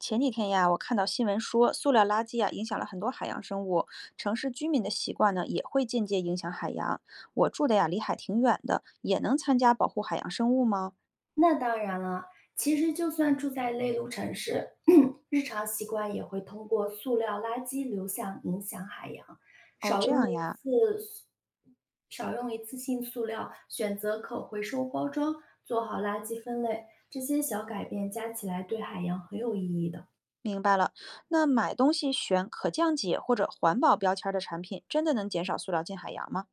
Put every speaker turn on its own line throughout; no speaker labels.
前几天呀，我看到新闻说，塑料垃圾啊影响了很多海洋生物，城市居民的习惯呢也会间接影响海洋。我住的呀离海挺远的，也能参加保护海洋生物吗？
那当然了，其实就算住在内陆城市，日常习惯也会通过塑料垃圾流向影响海洋。
哦，
少
这
用
样
一
呀，
次塑少用一次性塑料，选择可回收包装，做好垃圾分类，这些小改变加起来对海洋很有意义的。
明白了。那买东西选可降解或者环保标签儿的产品，真的能减少塑料进海洋吗？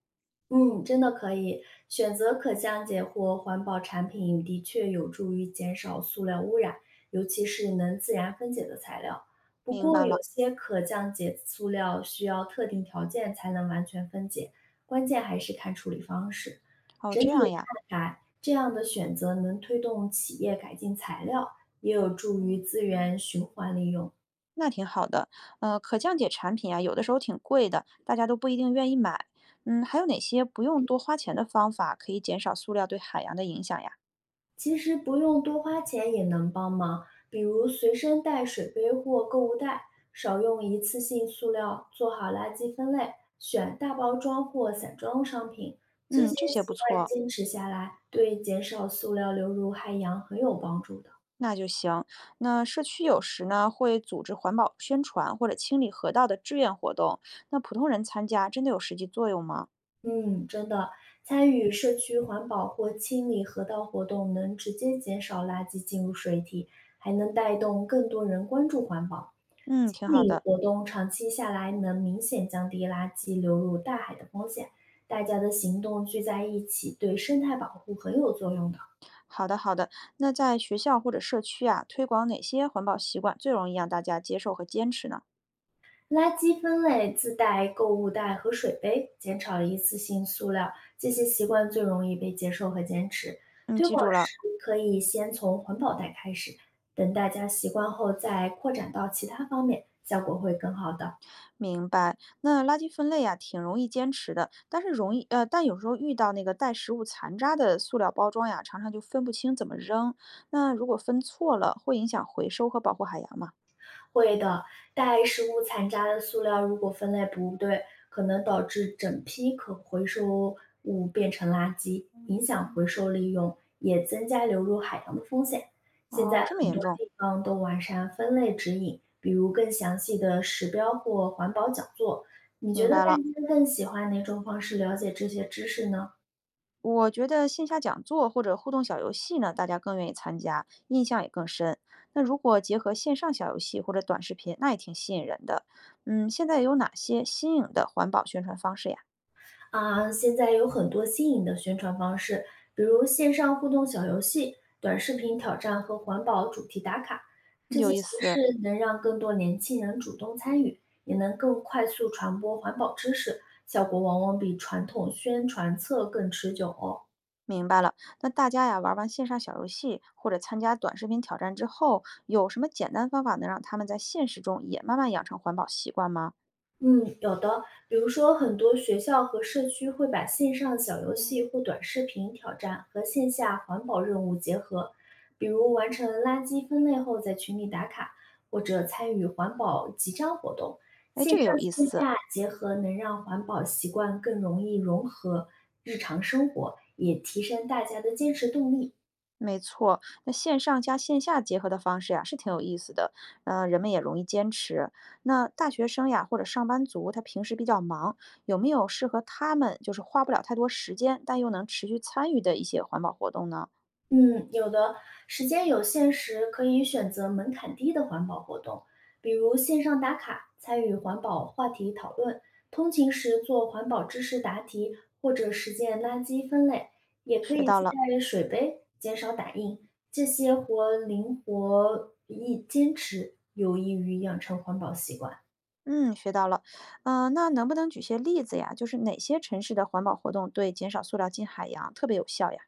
嗯，真的可以选择可降解或环保产品，的确有助于减少塑料污染，尤其是能自然分解的材料。不
明
过，
白
有
了。
些可降解塑料需要特定条件才能完全分解，关键还是看处理方式。
哦，
整
这
体
样呀。
看来，这样的选择能推动企业改进材料，也有助于资源循环利用。
那挺好的，可降解产品啊，有的时候挺贵的，大家都不一定愿意买。嗯，还有哪些不用多花钱的方法可以减少塑料对海洋的影响呀？
其实不用多花钱也能帮忙，比如随身带水杯或购物袋，少用一次性塑料，做好垃圾分类，选大包装或散装商品。这些
嗯，这些
习
不
惯
错，
坚持下来，对减少塑料流入海洋很有帮助的。
那就行。那社区有时呢会组织环保宣传或者清理河道的志愿活动，那普通人参加真的有实际作用吗？
嗯，真的，参与社区环保或清理河道活动，能直接减少垃圾进入水体，还能带动更多人关注环保。
嗯，
清
挺好
理
的。
活动长期下来能明显降低垃圾流入大海的风险，大家的行动聚在一起，对生态保护很有作用的。
好的，好的。那在学校或者社区啊，推广哪些环保习惯最容易让大家接受和坚持呢？
垃圾分类、自带购物袋和水杯，减少了一次性塑料，这些习惯最容易被接受和坚持。
嗯，
推
记
广
住了。
时可以先从环保袋开始，等大家习惯后再扩展到其他方面，效果会更好的。
明白，那垃圾分类呀，挺容易坚持的，但是容易但有时候遇到那个带食物残渣的塑料包装呀，常常就分不清怎么扔。那如果分错了，会影响回收和保护海洋吗？
会的，带食物残渣的塑料如果分类不对，可能导致整批可回收物变成垃圾，影响回收利用，也增加流入海洋的风险。现
哦，
在
这么
很
严
多
重，
地方都完善分类指引，比如更详细的时标或环保讲座。你觉
明
得
白
大
了。
家更喜欢哪种方式了解这些知识呢？
我觉得线下讲座或者互动小游戏呢，大家更愿意参加，印象也更深。那如果结合线上小游戏或者短视频，那也挺吸引人的。嗯，现在有哪些新颖的环保宣传方式呀？
啊，现在有很多新颖的宣传方式，比如线上互动小游戏、短视频挑战和环保主题打卡，这些
有意
形式
思。
能让更多年轻人主动参与，也能更快速传播环保知识，效果往往比传统宣传册更持久哦。
明白了，那大家呀玩完线上小游戏或者参加短视频挑战之后，有什么简单方法能让他们在现实中也慢慢养成环保习惯吗？
嗯，有的，比如说很多学校和社区会把线上小游戏或短视频挑战和线下环保任务结合，比如完成垃圾分类后在群里打卡，或者参与环保集章活动。
哎，
线
这个
上
有意
线
思。
下结合能让环保习惯更容易融合日常生活，也提升大家的坚持动力。
没错，那线上加线下结合的方式呀是挺有意思的，嗯、人们也容易坚持。那大学生呀或者上班族，他平时比较忙，有没有适合他们就是花不了太多时间，但又能持续参与的一些环保活动呢？
嗯，有的，时间有限时，可以选择门槛低的环保活动，比如线上打卡，参与环保话题讨论，通勤时做环保知识答题，或者实践垃圾分类，也可
学
以
到
自
了。
带水杯，减少打印。这些活灵活易坚持，有益于养成环保习惯。
嗯，学到了。嗯，那能不能举些例子呀？就是哪些城市的环保活动对减少塑料进海洋特别有效呀？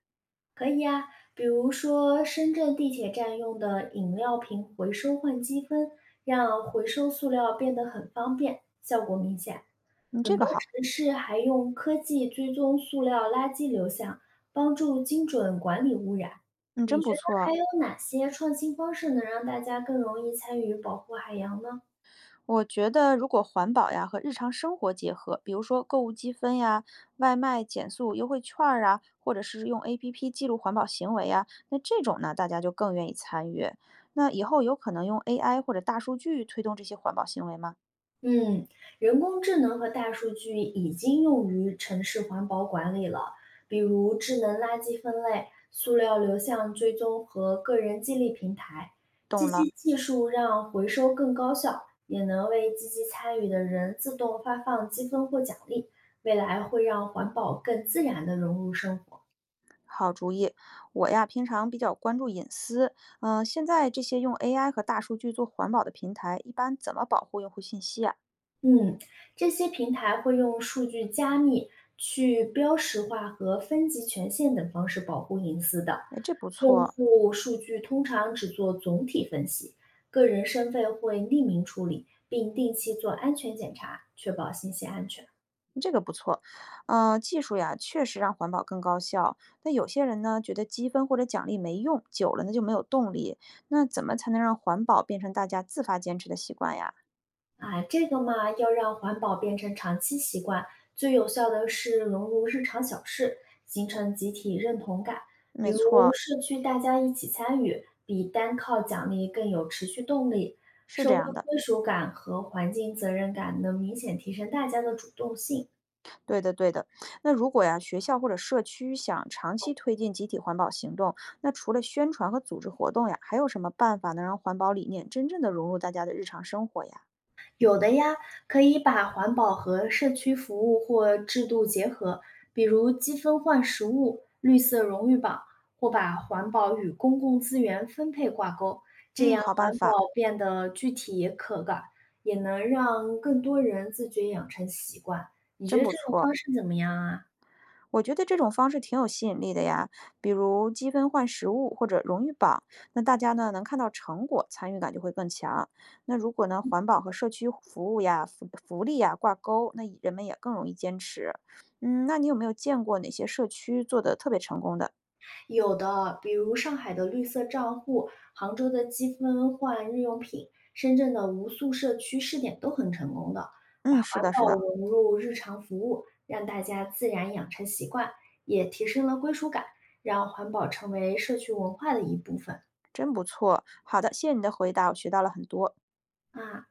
可以啊，比如说深圳地铁站用的饮料瓶回收换积分，让回收塑料变得很方便，效果明显。
嗯，
很
这个
多
好，
城市还用科技追踪塑料垃圾流向，帮助精准管理污染。
嗯，
你
真
觉
不
得还
错。
有哪些创新方式能让大家更容易参与保护海洋呢？
我觉得如果环保呀和日常生活结合，比如说购物积分呀、外卖减速优惠券儿啊，或者是用 APP 记录环保行为呀，那这种呢，大家就更愿意参与。那以后有可能用 AI 或者大数据推动这些环保行为吗？
嗯，人工智能和大数据已经用于城市环保管理了，比如智能垃圾分类、塑料流向追踪和个人激励平台。这
懂
些
了。
技术让回收更高效，也能为积极参与的人自动发放积分或奖励。未来会让环保更自然地融入生活。
好主意，我呀平常比较关注隐私，嗯、现在这些用 AI 和大数据做环保的平台，一般怎么保护用户信息啊？
嗯，这些平台会用数据加密、去标识化和分级权限等方式保护隐私的。
哎，这不
用
错，
户数据通常只做总体分析，个人身份会匿名处理，并定期做安全检查，确保信息安全。
这个不错，嗯、技术呀确实让环保更高效，但有些人呢觉得积分或者奖励没用，久了呢就没有动力。那怎么才能让环保变成大家自发坚持的习惯呀？
啊，这个嘛，要让环保变成长期习惯，最有效的是融入日常小事，形成集体认同感。比
没
如
错，
社区大家一起参与，比单靠奖励更有持续动力。
是
社
这
会
样的。
归属感和环境责任感能明显提升大家的主动性。
对的，对的。那如果呀，学校或者社区想长期推进集体环保行动，那除了宣传和组织活动呀，还有什么办法能让环保理念真正的融入大家的日常生活呀？
有的呀，可以把环保和社区服务或制度结合，比如积分换实物、绿色荣誉榜，或把环保与公共资源分配挂钩，这
嗯，
样
好办
环保
法，
变得具体也可感，也能让更多人自觉养成习惯。你觉
真
得这
不
种
错。
方式怎么样啊？
我觉得这种方式挺有吸引力的呀，比如积分换实物或者荣誉榜，那大家呢能看到成果，参与感就会更强。那如果呢环保和社区服务呀、福利呀挂钩，那人们也更容易坚持。嗯，那你有没有见过哪些社区做的特别成功的？
有的，比如上海的绿色账户、杭州的积分换日用品、深圳的无塑社区试点都很成功的，把
嗯，是
环
的，是
保
的，
融入日常服务，让大家自然养成习惯，也提升了归属感，让环保成为社区文化的一部分
真不错。好的，谢谢你的回答，我学到了很多。
啊。